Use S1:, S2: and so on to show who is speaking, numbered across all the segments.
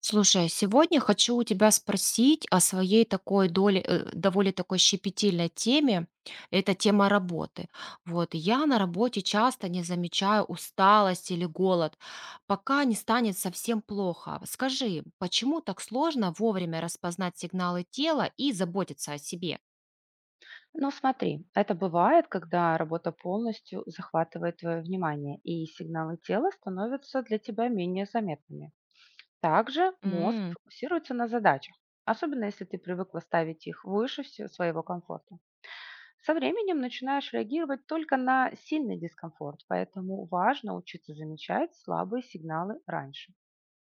S1: Слушай, а сегодня хочу у тебя спросить о своей такой доле, довольно такой щепетильной теме. Это тема работы. Вот я на работе часто не замечаю усталость или голод, пока не станет совсем плохо. Скажи, почему так сложно вовремя распознать сигналы тела и заботиться о себе?
S2: Ну, смотри, это бывает, когда работа полностью захватывает твое внимание, и сигналы тела становятся для тебя менее заметными. Также мозг
S1: М,
S2: фокусируется на задачах, особенно если ты привыкла ставить их выше всего своего комфорта. Со временем начинаешь реагировать только на сильный дискомфорт, поэтому важно учиться замечать слабые сигналы раньше.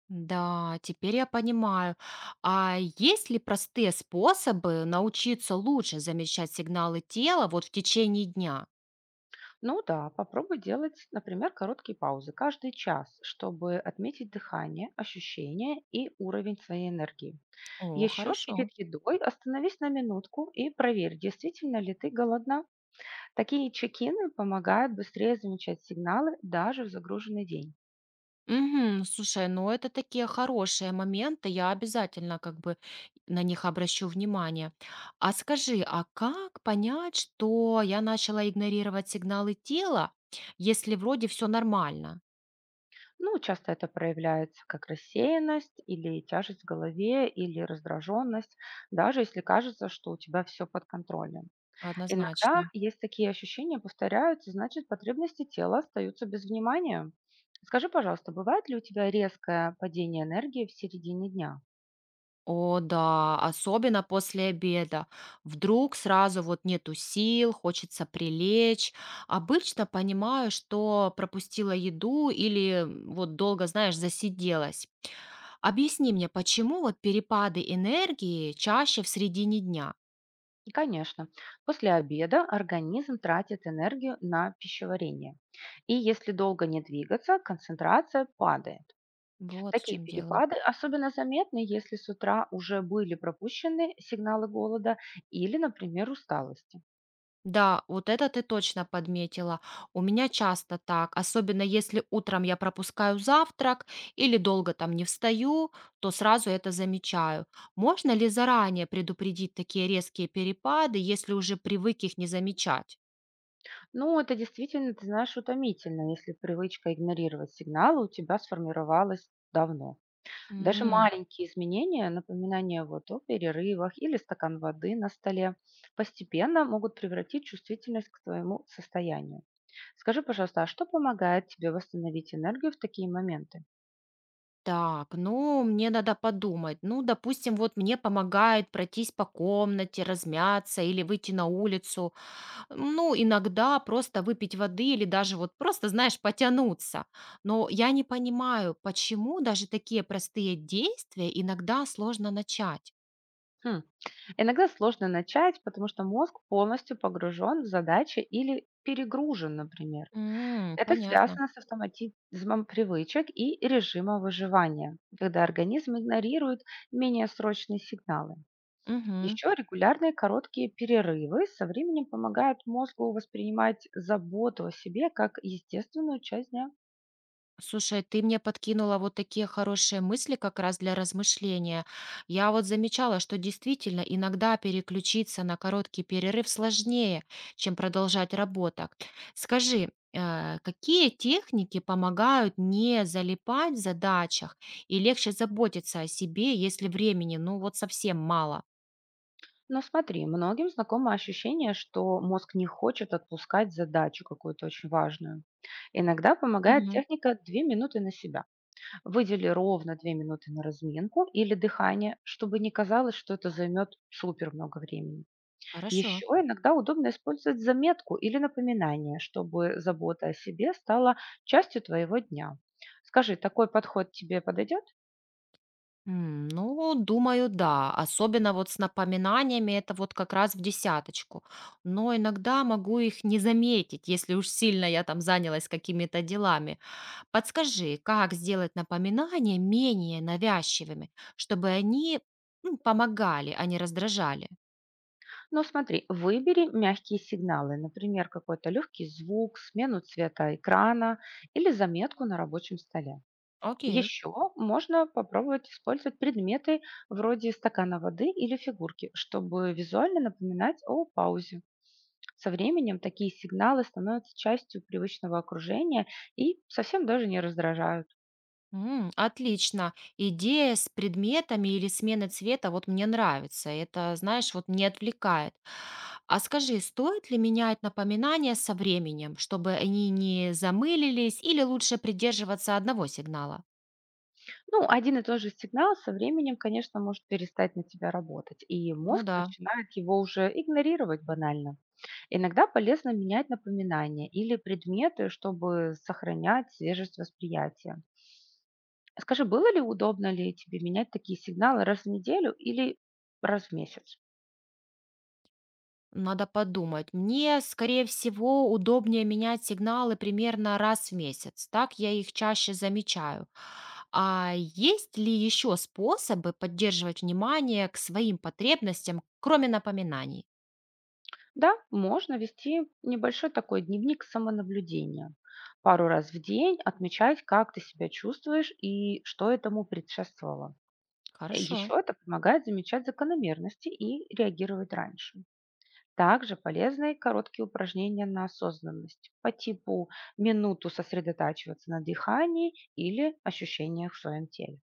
S1: Да, теперь я понимаю. А есть ли простые способы научиться лучше замечать сигналы тела вот в течение дня?
S2: Ну да, попробуй делать, например, короткие паузы каждый час, чтобы отметить дыхание, ощущения и уровень своей энергии.
S1: О,
S2: Еще перед
S1: хорошо.
S2: едой остановись на минутку и проверь, действительно ли ты голодна. Такие чекины помогают быстрее замечать сигналы даже в загруженный день.
S1: Мгм. Слушай, ну это такие хорошие моменты, я обязательно как бы на них обращу внимание. А скажи, а как понять, что я начала игнорировать сигналы тела, если вроде все нормально?
S2: Ну, часто это проявляется как рассеянность или тяжесть в голове или раздраженность, даже если кажется, что у тебя все под контролем. Иногда
S1: Однозначно.
S2: есть такие ощущения повторяются, значит, потребности тела остаются без внимания. Скажи, пожалуйста, бывает ли у тебя резкое падение энергии в середине дня?
S1: О, да, особенно после обеда. Вдруг сразу вот нету сил, хочется прилечь. Обычно понимаю, что пропустила еду или вот долго, знаешь, засиделась. Объясни мне, почему вот перепады энергии чаще в середине дня?
S2: И, конечно. После обеда организм тратит энергию на пищеварение. И если долго не двигаться, концентрация падает.
S1: Вот в
S2: Такие
S1: чем дело.
S2: перепады особенно заметны, если с утра уже были пропущены сигналы голода или, например, усталости.
S1: Да, вот это ты точно подметила. У меня часто так, особенно если утром я пропускаю завтрак или долго там не встаю, то сразу это замечаю. Можно ли заранее предупредить такие резкие перепады, если уже привык их не замечать?
S2: Ну, это действительно, ты знаешь, утомительно, если привычка игнорировать сигналы у тебя сформировалась давно. Даже маленькие изменения, напоминание вот о перерывах или стакан воды на столе, постепенно могут превратить чувствительность к твоему состоянию. Скажи, пожалуйста, а что помогает тебе восстановить энергию в такие моменты?
S1: Так, ну, мне надо подумать. Ну, допустим, вот мне помогает пройтись по комнате, размяться или выйти на улицу. Ну, иногда просто выпить воды или даже вот просто, знаешь, потянуться. Но я не понимаю, почему даже такие простые действия иногда сложно начать.
S2: Хм, Иногда сложно начать, потому что мозг полностью погружен в задачи или перегружен, например.
S1: М,
S2: Это
S1: понятно.
S2: связано с автоматизмом привычек и режимом выживания, когда организм игнорирует менее срочные сигналы.
S1: Мгм.
S2: Еще регулярные короткие перерывы со временем помогают мозгу воспринимать заботу о себе как естественную часть дня.
S1: Слушай, ты мне подкинула вот такие хорошие мысли как раз для размышления. Я вот замечала, что действительно иногда переключиться на короткий перерыв сложнее, чем продолжать работу. Скажи, какие техники помогают не залипать в задачах и легче заботиться о себе, если времени, ну вот совсем мало?
S2: Но смотри, многим знакомо ощущение, что мозг не хочет отпускать задачу какую-то очень важную. Иногда помогает
S1: Мгм.
S2: техника 2 минуты на себя. Выдели ровно 2 минуты на разминку или дыхание, чтобы не казалось, что это займет супер много времени.
S1: Хорошо.
S2: Еще иногда удобно использовать заметку или напоминание, чтобы забота о себе стала частью твоего дня. Скажи, такой подход тебе подойдет?
S1: Ну, думаю, да. Особенно вот с напоминаниями, это вот как раз в десяточку. Но иногда могу их не заметить, если уж сильно я там занялась какими-то делами. Подскажи, как сделать напоминания менее навязчивыми, чтобы они, ну, помогали, а не раздражали?
S2: Ну, смотри, выбери мягкие сигналы, например, какой-то легкий звук, смену цвета экрана или заметку на рабочем столе.
S1: Окей.
S2: Еще можно попробовать использовать предметы вроде стакана воды или фигурки, чтобы визуально напоминать о паузе. Со временем такие сигналы становятся частью привычного окружения и совсем даже не раздражают.
S1: М, отлично. Идея с предметами или смены цвета вот мне нравится. Это, знаешь, вот не отвлекает. А скажи, стоит ли менять напоминания со временем, чтобы они не замылились или лучше придерживаться одного сигнала?
S2: Ну, один и тот же сигнал со временем, конечно, может перестать на тебя работать, и
S1: Ну
S2: мозг
S1: да.
S2: начинает его уже игнорировать банально. Иногда полезно менять напоминания или предметы, чтобы сохранять свежесть восприятия. Скажи, было ли удобно ли тебе менять такие сигналы раз в неделю или раз в месяц?
S1: Надо подумать. Мне, скорее всего, удобнее менять сигналы примерно раз в месяц. Так я их чаще замечаю. А есть ли еще способы поддерживать внимание к своим потребностям, кроме напоминаний?
S2: Да, можно вести небольшой такой дневник самонаблюдения. Пару раз в день отмечать, как ты себя чувствуешь и что этому предшествовало.
S1: Хорошо.
S2: Еще это помогает замечать закономерности и реагировать раньше. Также полезны короткие упражнения на осознанность по типу минуту сосредотачиваться на дыхании или ощущениях в своем теле.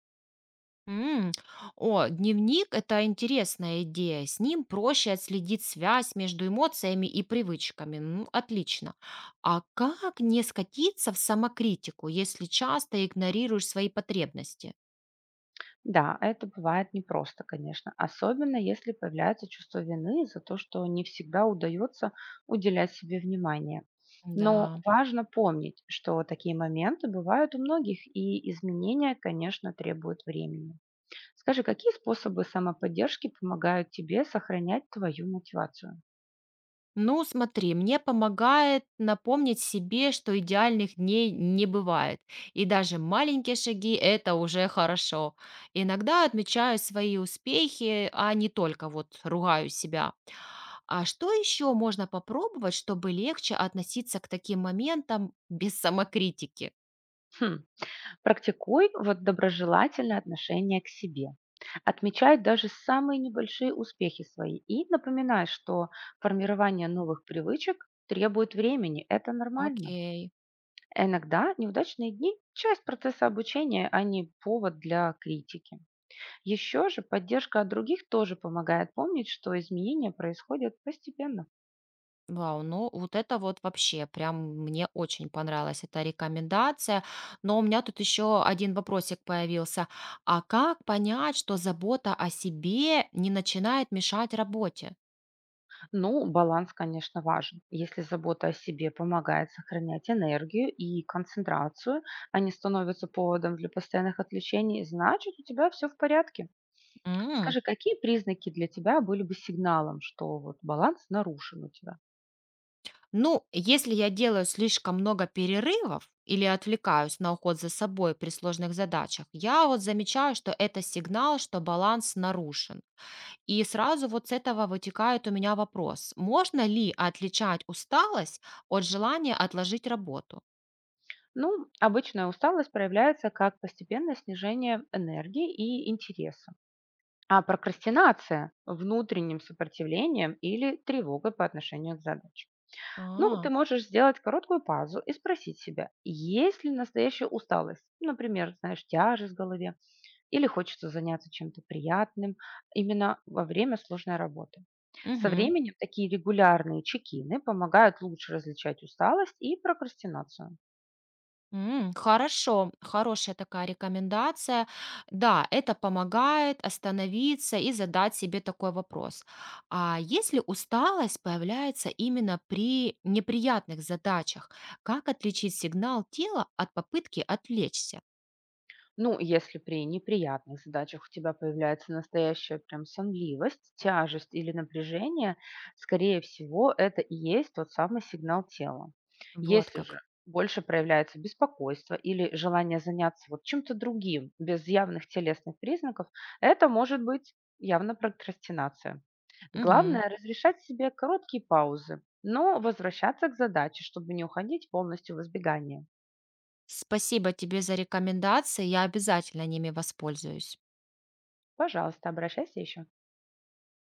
S1: М, О, дневник– это интересная идея. С ним проще отследить связь между эмоциями и привычками. Ну, отлично. А как не скатиться в самокритику, если часто игнорируешь свои потребности?
S2: Да, это бывает непросто, конечно, особенно если появляется чувство вины за то, что не всегда удается уделять себе внимание. Но
S1: Да.
S2: важно помнить, что такие моменты бывают у многих, и изменения, конечно, требуют времени. Скажи, какие способы самоподдержки помогают тебе сохранять твою мотивацию?
S1: Ну, смотри, мне помогает напомнить себе, что идеальных дней не бывает. И даже маленькие шаги– это уже хорошо. Иногда отмечаю свои успехи, а не только вот ругаю себя. А что еще можно попробовать, чтобы легче относиться к таким моментам без самокритики?
S2: Хм. Практикуй вот доброжелательное отношение к себе. Отмечай даже самые небольшие успехи свои и напоминай, что формирование новых привычек требует времени, это нормально.
S1: Окей.
S2: А иногда неудачные дни– часть процесса обучения, а не повод для критики. Еще же поддержка от других тоже помогает помнить, что изменения происходят постепенно.
S1: Вау, ну вот это вот вообще прям мне очень понравилась эта рекомендация. Но у меня тут еще один вопросик появился. А как понять, что забота о себе не начинает мешать работе?
S2: Ну, баланс, конечно, важен. Если забота о себе помогает сохранять энергию и концентрацию, а не становится поводом для постоянных отвлечений, значит, у тебя все в порядке.
S1: М,
S2: Скажи, какие признаки для тебя были бы сигналом, что вот баланс нарушен у тебя?
S1: Ну, если я делаю слишком много перерывов или отвлекаюсь на уход за собой при сложных задачах, я вот замечаю, что это сигнал, что баланс нарушен. И сразу вот с этого вытекает у меня вопрос. Можно ли отличать усталость от желания отложить работу?
S2: Ну, обычная усталость проявляется как постепенное снижение энергии и интереса. А прокрастинация– внутренним сопротивлением или тревогой по отношению к задаче. Ну,
S1: А,
S2: ты можешь сделать короткую паузу и спросить себя, есть ли настоящая усталость, например, знаешь, тяжесть в голове, или хочется заняться чем-то приятным именно во время сложной работы. Со
S1: мгм.
S2: временем такие регулярные чекины помогают лучше различать усталость и прокрастинацию.
S1: М, хорошо, хорошая такая рекомендация. Да, это помогает остановиться и задать себе такой вопрос. А если усталость появляется именно при неприятных задачах, как отличить сигнал тела от попытки отвлечься?
S2: Ну, если при неприятных задачах у тебя появляется настоящая прям сонливость, тяжесть или напряжение, скорее всего, это и есть тот самый сигнал тела.
S1: Вот
S2: Если же
S1: как.
S2: больше проявляется беспокойство или желание заняться вот чем-то другим без явных телесных признаков, это может быть явно прокрастинация. Главное– разрешать себе короткие паузы, но возвращаться к задаче, чтобы не уходить полностью в избегание.
S1: Спасибо тебе за рекомендации, я обязательно ними воспользуюсь.
S2: Пожалуйста, обращайся еще.